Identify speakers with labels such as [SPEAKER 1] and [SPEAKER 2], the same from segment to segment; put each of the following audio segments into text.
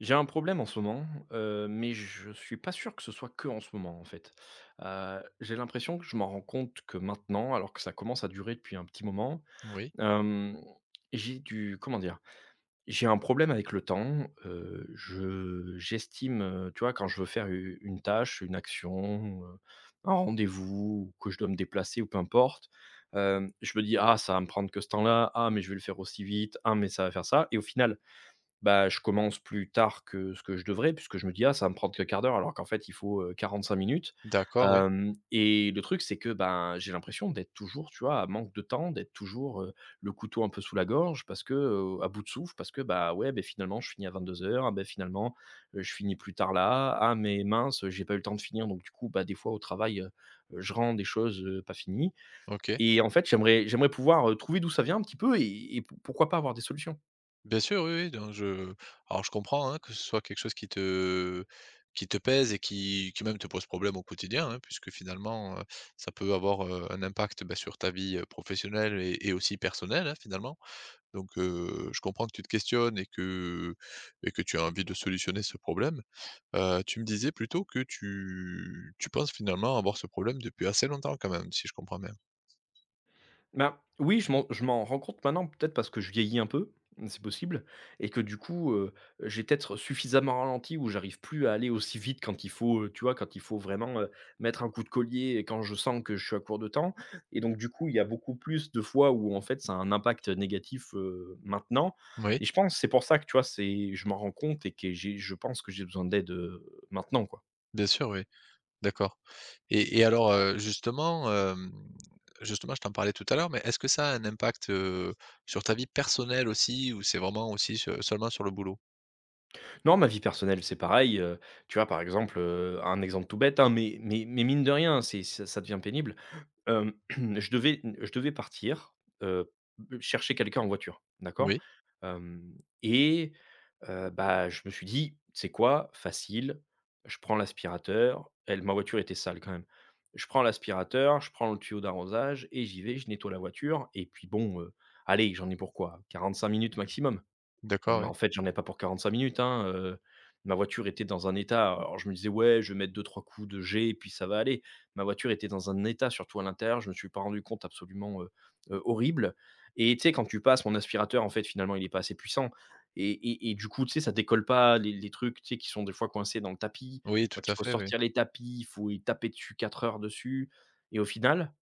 [SPEAKER 1] J'ai un problème en ce moment, mais je suis pas sûr que ce soit que en ce moment, en fait. J'ai l'impression que je m'en rends compte que maintenant, alors que ça commence à durer depuis un petit moment.
[SPEAKER 2] Oui,
[SPEAKER 1] Hem, j'ai du comment dire? J'ai un problème avec le temps, je j'estime, tu vois, quand je veux faire u une tâche, une action, un rendez-vous ou que je dois me déplacer ou peu importe, je me dis: «Ah, ça va me prendre que ce temps-là. Ah, mais je vais le faire aussi vite. Ah, mais ça va faire ça» et au final bah, je commence plus tard que ce que je devrais puisque je me dis: «Ah, ça va me prendre que quart d'heure», alors qu'en fait, il faut, 45 minutes.
[SPEAKER 2] d'accord, oui,
[SPEAKER 1] Hem et le truc, c'est que, ben, j'ai l'impression d'être toujours, tu vois, à manque de temps, d'être toujours, le couteau un peu sous la gorge parce que, à bout de souffle parce que, bah, ouais, beh, finalement, je finis à 22 heures. Ah, beh, finalement, je finis plus tard là. Ah, mais mince, j'ai pas eu le temps de finir, donc du coup, bah, des fois au travail, je rends des choses, pas finies.
[SPEAKER 2] OK.
[SPEAKER 1] Et en fait, j'aimerais pouvoir, trouver d'où ça vient un petit peu et pourquoi pas avoir des solutions?
[SPEAKER 2] Bien sûr, oui, oui, donc je comprends, hein, que ce soit quelque chose qui te pèse et qui même te pose problème au quotidien, hein, puisque finalement, ça peut avoir, un impact, bah, sur ta vie, professionnelle et aussi personnelle, hein, finalement. Donc je comprends que tu te questionnes et que tu as envie de solutionner ce problème. Tu me disais plutôt que tu penses finalement avoir ce problème depuis assez longtemps quand même, si je comprends bien?
[SPEAKER 1] Ben, oui, je m'en rends compte maintenant, peut-être parce que je vieillis un peu, c'est possible, et que du coup, j'ai peut-être suffisamment ralenti où j'arrive plus à aller aussi vite quand il faut, tu vois, quand il faut vraiment, mettre un coup de collier et quand je sens que je suis à court de temps et donc du coup, il y a beaucoup plus de fois où en fait ça a un impact négatif, maintenant.
[SPEAKER 2] Oui,
[SPEAKER 1] Et je pense c'est pour ça que, tu vois, c'est je m'en rends compte et que j'ai je pense que j'ai besoin d'aide, maintenant, quoi.
[SPEAKER 2] bien sûr, oui. D'accord et alors, justement, justement, je t'en parlais tout à l'heure, mais est-ce que ça a un impact, sur ta vie personnelle aussi ou c'est vraiment aussi se seulement sur le boulot?
[SPEAKER 1] Non, ma vie personnelle, c'est pareil, tu vois, par exemple, un exemple tout bête, hein, mais mine de rien, c'est ça ça devient pénible. Je devais partir, heu, chercher quelqu'un en voiture, d'accord?
[SPEAKER 2] Oui,
[SPEAKER 1] Hem et Bah, je me suis dit: c'est quoi? Facile, je prends l'aspirateur». Elle ma voiture était sale quand même. Je prends l'aspirateur, je prends le tuyau d'arrosage et j'y vais, je nettoie la voiture et puis bon, allez, j'en ai pour quoi? 45 minutes maximum.
[SPEAKER 2] d'accord,
[SPEAKER 1] Mais
[SPEAKER 2] oui.
[SPEAKER 1] en fait, j'en ai pas pour 45 minutes, hein. Ma voiture était dans un état, alors je me disais: «Ouais, je vais mettre deux trois coups de G et puis ça va aller». Ma voiture était dans un état, surtout à l'intérieur, je me suis pas rendu compte absolument, horrible. Et tu sais, quand tu passes mon aspirateur, en fait, finalement, il est pas assez puissant et du coup, tu sais, ça décolle pas les trucs, tu sais, qui sont des fois coincés dans le tapis,
[SPEAKER 2] Oui, tout
[SPEAKER 1] donc il
[SPEAKER 2] à
[SPEAKER 1] faut
[SPEAKER 2] fait, oui.
[SPEAKER 1] sortir les tapis, il faut y taper dessus 4 heures dessus. Et au final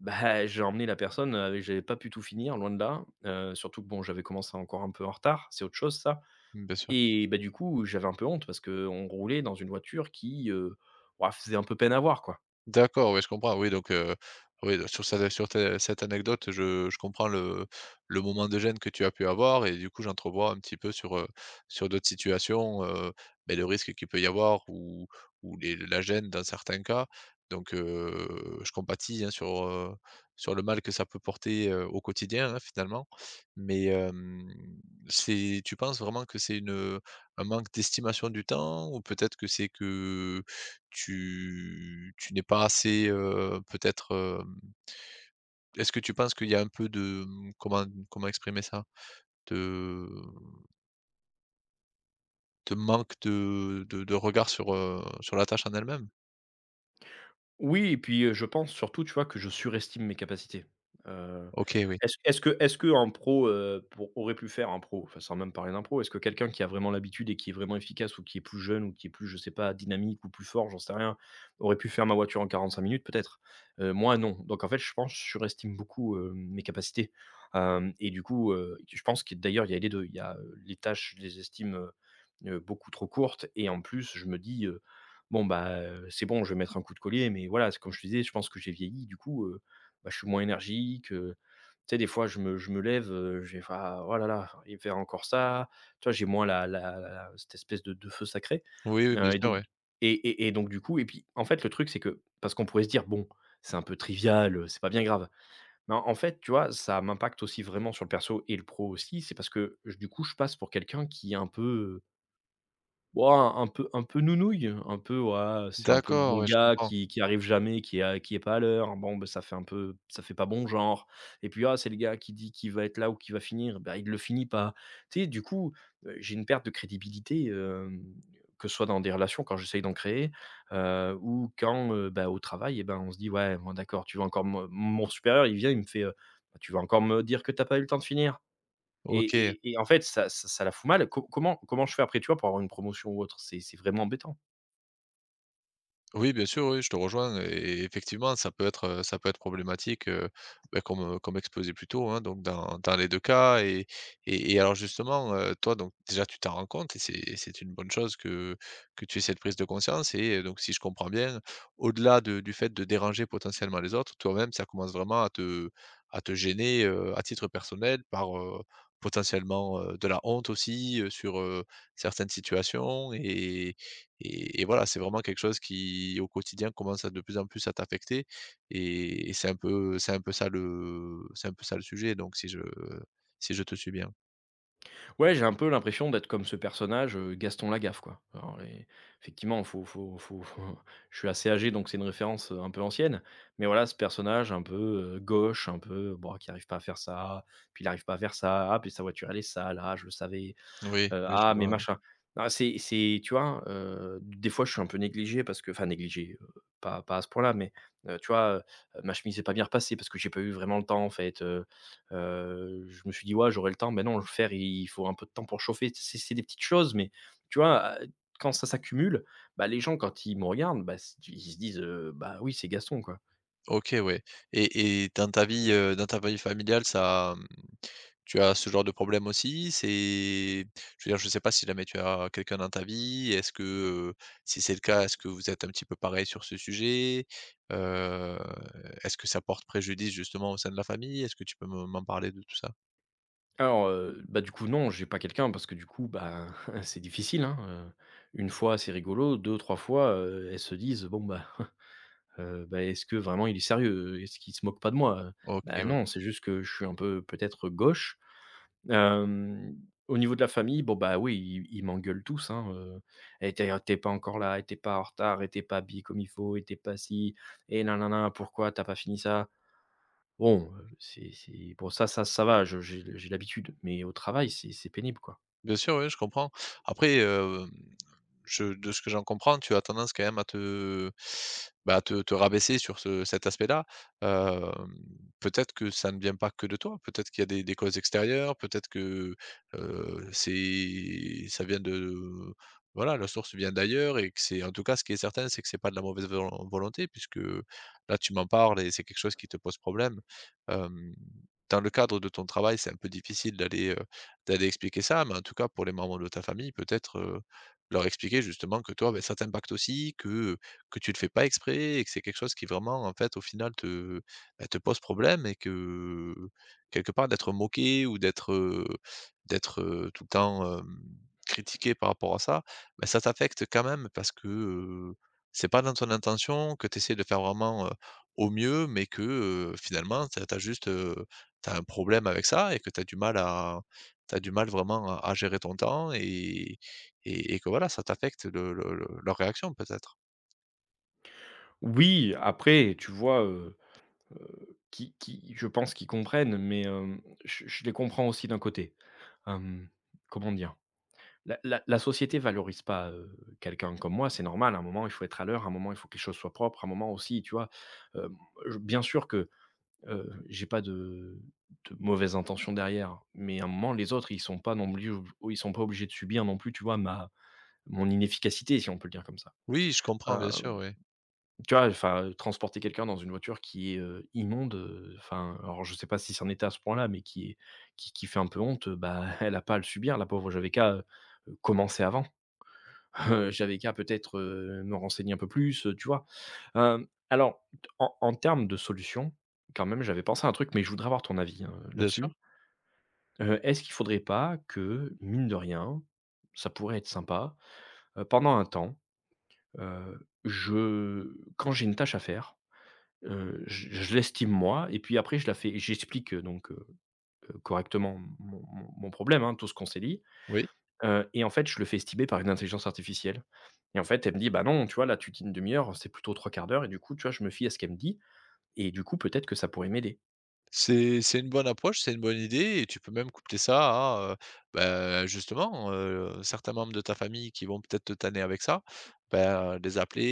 [SPEAKER 1] bah, j'ai emmené la personne, j'avais pas pu tout finir, loin de là, surtout que bon, j'avais commencé encore un peu en retard, c'est autre chose ça.
[SPEAKER 2] Mmh, bien sûr.
[SPEAKER 1] Et bah, du coup, j'avais un peu honte parce que on roulait dans une voiture qui, ouah, faisait un peu peine à voir, quoi.
[SPEAKER 2] D'accord, oui, je comprends. Oui, donc, oui, de sur cette sur tes cette anecdote, je comprends le moment de gêne que tu as pu avoir et du coup, j'entrevois un petit peu sur, sur d'autres situations, beh, le risque qu'il peut y avoir ou les la gêne dans certains cas. Donc, je compatis, hein, sur, sur le mal que ça peut porter, au quotidien, hein, finalement. Mais, c'est tu penses vraiment que c'est une, un manque d'estimation du temps ou peut-être que c'est que tu n'es pas assez, peut-être, hem est-ce que tu penses qu'il y a un peu de, mmh, comment exprimer ça? De de manque de regard sur, sur la tâche en elle-même?
[SPEAKER 1] Oui et puis, je pense surtout, tu vois, que je surestime mes capacités. Heu,
[SPEAKER 2] OK, oui.
[SPEAKER 1] est-ce qu'un pro, pour aurait pu faire un pro, enfin, sans même parler d'un pro, est-ce que quelqu'un qui a vraiment l'habitude et qui est vraiment efficace ou qui est plus jeune ou qui est plus, je sais pas, dynamique ou plus fort, j'en sais rien, aurait pu faire ma voiture en 45 minutes? Peut-être. Moi, non. Donc en fait, je pense, que je surestime beaucoup, mes capacités. Hem et du coup, je pense que d'ailleurs, il y a les 2. Il y a, les tâches, je les estime, beaucoup trop courtes. Et en plus, je me dis, bon, bah, c'est bon, je vais mettre un coup de collier, mais voilà, c'est comme je te disais, je pense que j'ai vieilli. Du coup, bah, je suis moins énergique. Tu sais, des fois, je me lève, je vais faire: «Ah, oh là là, enfin, il va faire encore ça», tu vois? J'ai moins la la la cette espèce de feu sacré,
[SPEAKER 2] Oui, oui, bien
[SPEAKER 1] heu et
[SPEAKER 2] sûr,
[SPEAKER 1] donc
[SPEAKER 2] oui.
[SPEAKER 1] et donc du coup et puis, en fait, le truc, c'est que parce qu'on pourrait se dire: «Bon, c'est un peu trivial, c'est pas bien grave». Mais en fait, tu vois, ça m'impacte aussi vraiment sur le perso et le pro aussi. C'est parce que, j du coup, je passe pour quelqu'un qui est un peu, ouah, un peu nounouille, un peu, ouais, c'est un peu le
[SPEAKER 2] D'accord,
[SPEAKER 1] bon
[SPEAKER 2] oui, je
[SPEAKER 1] gars
[SPEAKER 2] comprends.
[SPEAKER 1] qui arrive jamais, qui est pas à l'heure. Bon, ben ça fait pas bon genre. Et puis, ah, c'est le gars qui dit qu'il va être là ou qu'il va finir, ben il le finit pas. Tu sais, du coup, j'ai une perte de crédibilité, que ce soit dans des relations quand j'essaye d'en créer, ou quand, bah, au travail. Et ben, on se dit: «Ouais, bon d'accord, tu vas encore me». Mon supérieur, il vient, il me fait, «Tu vas encore me dire que t'as pas eu le temps de finir?» Et
[SPEAKER 2] OK.
[SPEAKER 1] et en fait, ça la fout mal. Co comment comment je fais après, tu vois, pour avoir une promotion ou autre? C'est vraiment embêtant.
[SPEAKER 2] Oui, bien sûr, oui, je te rejoins et effectivement, ça peut être problématique, bah, comme, comme exposé plus tôt, hein, donc dans dans les 2 cas et alors justement, toi donc déjà tu t'en rends compte et c'est une bonne chose que tu aies cette prise de conscience et donc si je comprends bien, au-delà de du fait de déranger potentiellement les autres, toi-même, ça commence vraiment à te gêner, à titre personnel par, potentiellement, de la honte aussi, sur, certaines situations et voilà, c'est vraiment quelque chose qui, au quotidien, commence à de plus en plus à t'affecter et c'est un peu ça le c'est un peu ça le sujet donc si je si je te suis bien.
[SPEAKER 1] Ouais, j'ai un peu l'impression d'être comme ce personnage, Gaston Lagaffe, quoi. Alors les effectivement, faut faut faut faut je suis assez âgé, donc c'est une référence, un peu ancienne. Mais voilà, ce personnage un peu, gauche, un peu, bon, qui arrive pas à faire ça, puis il arrive pas à faire ça, ah, puis sa voiture, elle est sale, ah, je le savais.
[SPEAKER 2] Oui,
[SPEAKER 1] heu,
[SPEAKER 2] oui, je
[SPEAKER 1] ah mais
[SPEAKER 2] vois.
[SPEAKER 1] machin. Ah c'est tu vois? Des fois je suis un peu négligé, parce que enfin négligé, pas à ce point-là, mais tu vois? Ma chemise est pas bien repassée parce que j'ai pas eu vraiment le temps en fait. Je me suis dit: «Ouais j'aurai le temps», mais non le faire il faut un peu de temps pour chauffer. C'est des petites choses, mais tu vois? Quand ça s'accumule, bah, les gens quand ils me regardent, bah, s ils se disent, «Bah oui c'est Gaston quoi».
[SPEAKER 2] OK, ouais et dans ta vie familiale, ça, mmh, tu as ce genre de problème aussi? C'est je veux dire, je sais pas si jamais tu as quelqu'un dans ta vie, est-ce que, heu, si c'est le cas, est-ce que vous êtes un petit peu pareil sur ce sujet? Heu, Est-ce que ça porte préjudice justement au sein de la famille? Est-ce que tu peux me m'en parler de tout ça?
[SPEAKER 1] Alors, bah, du coup, non, j'ai pas quelqu'un parce que du coup, bah, c'est difficile, hein. heu, 1 fois, c'est rigolo, deux trois fois, elles se disent: «Bon, bah, bah, est-ce que vraiment il est sérieux? Est-ce qu'il se moque pas de moi,
[SPEAKER 2] OK,
[SPEAKER 1] bah,
[SPEAKER 2] ouais.
[SPEAKER 1] non, c'est juste que je suis un peu peut-être gauche. Hem, Au niveau de la famille, bon, bah, oui, ils m'engueulent tous, hein, «Eh, tu es pas encore là, eh, tu pas en retard, eh, tu pas habillé comme il faut, eh, tu pas si et nin nin nin, pourquoi t'as pas fini ça?» Bon, c'est bon, ça va, je j'ai l'habitude, mais au travail, c'est pénible, quoi.
[SPEAKER 2] Bien sûr, oui, je comprends. Après, je de ce que j'en comprends, tu as tendance quand même à te bah, te te rabaisser sur ce cet aspect-là. Hem, peut-être que ça ne vient pas que de toi, peut-être qu'il y a des causes extérieures, peut-être que, c'est ça vient de voilà, la source vient d'ailleurs et que c'est en tout cas, ce qui est certain, c'est que c'est pas de la mauvaise volon volonté puisque là, tu m'en parles et c'est quelque chose qui te pose problème. Hem, dans le cadre de ton travail, c'est un peu difficile d'aller, d'aller expliquer ça, mais en tout cas pour les membres de ta famille, peut-être, leur expliquer justement que toi, beh, ça t'impacte aussi, que tu le fais pas exprès et que c'est quelque chose qui vraiment, en fait, au final te, bah, te pose problème et que, quelque part, d'être moqué ou d'être, d'être, tout le temps, critiqué par rapport à ça, bah, ça t'affecte quand même parce que, c'est pas dans ton intention, que tu essaies de faire vraiment, au mieux, mais que, finalement, tu as juste, tu un problème avec ça et que tu as du mal à tu as du mal vraiment à gérer ton temps et que voilà, ça t'affecte le leur réaction peut-être?
[SPEAKER 1] Oui, après, tu vois, qui je pense qu'ils comprennent, mais je les comprends aussi d'un côté. Hem, Comment dire? La société valorise pas, quelqu'un comme moi, c'est normal. À un moment, il faut être à l'heure, à un moment, il faut que les choses soient propres, à un moment aussi, tu vois? Hem, je bien sûr que, j'ai pas de mauvaises intentions derrière, mais à un moment, les autres, ils sont pas obligés de subir non plus, tu vois, ma Mon inefficacité, si on peut le dire comme ça.
[SPEAKER 2] Oui, je comprends
[SPEAKER 1] Heu,
[SPEAKER 2] bien sûr, oui.
[SPEAKER 1] Tu vois? Enfin, transporter quelqu'un dans une voiture qui est, immonde, enfin, alors je sais pas si c'en était à ce point-là, mais qui est qui fait un peu honte, bah, elle a pas à le subir la pauvre. J'avais qu'à, commencer avant. J'avais qu'à peut-être, me renseigner un peu plus, tu vois? Alors, en termes de solutions, quand même, j'avais pensé à un truc, mais je voudrais avoir ton avis, hein,
[SPEAKER 2] Bien sûr,
[SPEAKER 1] là-dessus. Est-ce qu'il faudrait pas que, mine de rien, ça pourrait être sympa, pendant un temps. Je quand j'ai une tâche à faire, je l'estime moi et puis après je la fais, j'explique, donc correctement mon problème, hein, tout ce qu'on s'est dit,
[SPEAKER 2] oui.
[SPEAKER 1] et en fait, je le fais estimer par une intelligence artificielle. Et en fait, elle me dit: «Bah non, tu vois, là, tu dis une demi heure, c'est plutôt trois quarts d'heure». Et du coup, tu vois, je me fie à ce qu'elle me dit et du coup, peut-être que ça pourrait m'aider.
[SPEAKER 2] C'est une bonne approche, c'est une bonne idée et tu peux même coupler ça à, bah, justement, certains membres de ta famille qui vont peut-être te tanner avec ça, bah, les appeler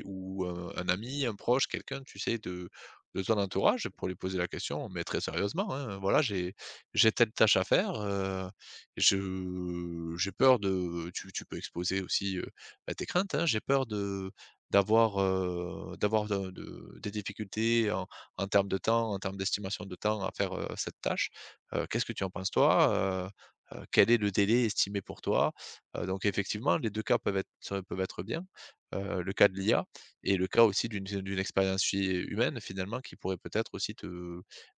[SPEAKER 2] et ou, un ami, un proche, quelqu'un, tu sais, de ton entourage pour lui poser la question, mais très sérieusement, hein: «Voilà, j'ai telle tâche à faire, je j'ai peur de» tu tu peux exposer aussi, bah, tes craintes, hein: «J'ai peur de d'avoir, d'avoir de des difficultés en termes de temps, en termes d'estimation de temps à faire, cette tâche. Qu'est-ce que tu en penses toi? Quel est le délai estimé pour toi? Donc effectivement, les 2 cas peuvent être bien. Le cas de l'IA et le cas aussi d'une d'une expérience hu humaine finalement qui pourrait peut-être aussi te,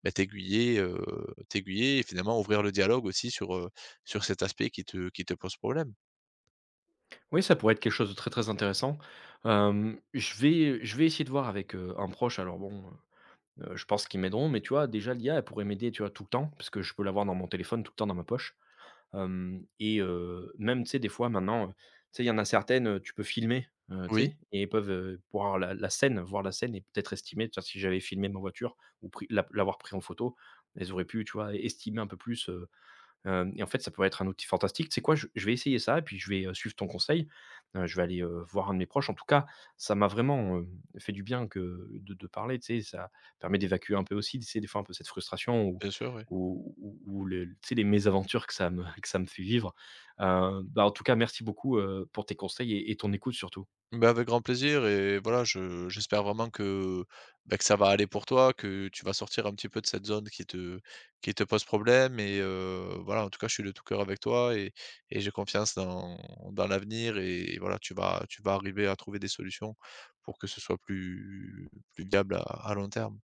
[SPEAKER 2] bah, t'aiguiller, t'aiguiller et finalement ouvrir le dialogue aussi sur, sur cet aspect qui te pose problème.
[SPEAKER 1] Oui, ça pourrait être quelque chose de très, très intéressant. Je vais essayer de voir avec, un proche alors bon. Je pense qu'ils m'aideront, mais tu vois, déjà l'IA, elle pourrait m'aider, tu vois, tout le temps, parce que je peux l'avoir dans mon téléphone, tout le temps dans ma poche. Hem et Même, tu sais, des fois maintenant, tu sais, il y en a certaines, tu peux filmer, tu
[SPEAKER 2] Oui,
[SPEAKER 1] sais et ils peuvent, pour la scène, voir la scène et peut-être estimer, tu vois, si j'avais filmé ma voiture ou pris l'a l'avoir pris en photo, elles auraient pu, tu vois, estimer un peu plus. Hem et en fait, ça pourrait être un outil fantastique. Tu sais quoi? Je vais essayer ça et puis je vais, suivre ton conseil. Je vais aller, voir un de mes proches. En tout cas, ça m'a vraiment, fait du bien que de parler, tu sais? Ça permet d'évacuer un peu aussi, tu sais, des fois, un peu cette frustration ou
[SPEAKER 2] bien sûr, oui.
[SPEAKER 1] ou ou ou le tu sais, les mésaventures que ça me que ça me fait vivre. Bah, en tout cas, merci beaucoup, pour tes conseils et ton écoute surtout.
[SPEAKER 2] Bah, avec grand plaisir et voilà, je j'espère vraiment que, bah, que ça va aller pour toi, que tu vas sortir un petit peu de cette zone qui te pose problème et voilà, en tout cas, je suis de tout cœur avec toi et j'ai confiance dans dans l'avenir et voilà, tu vas arriver à trouver des solutions pour que ce soit plus plus viable à long terme.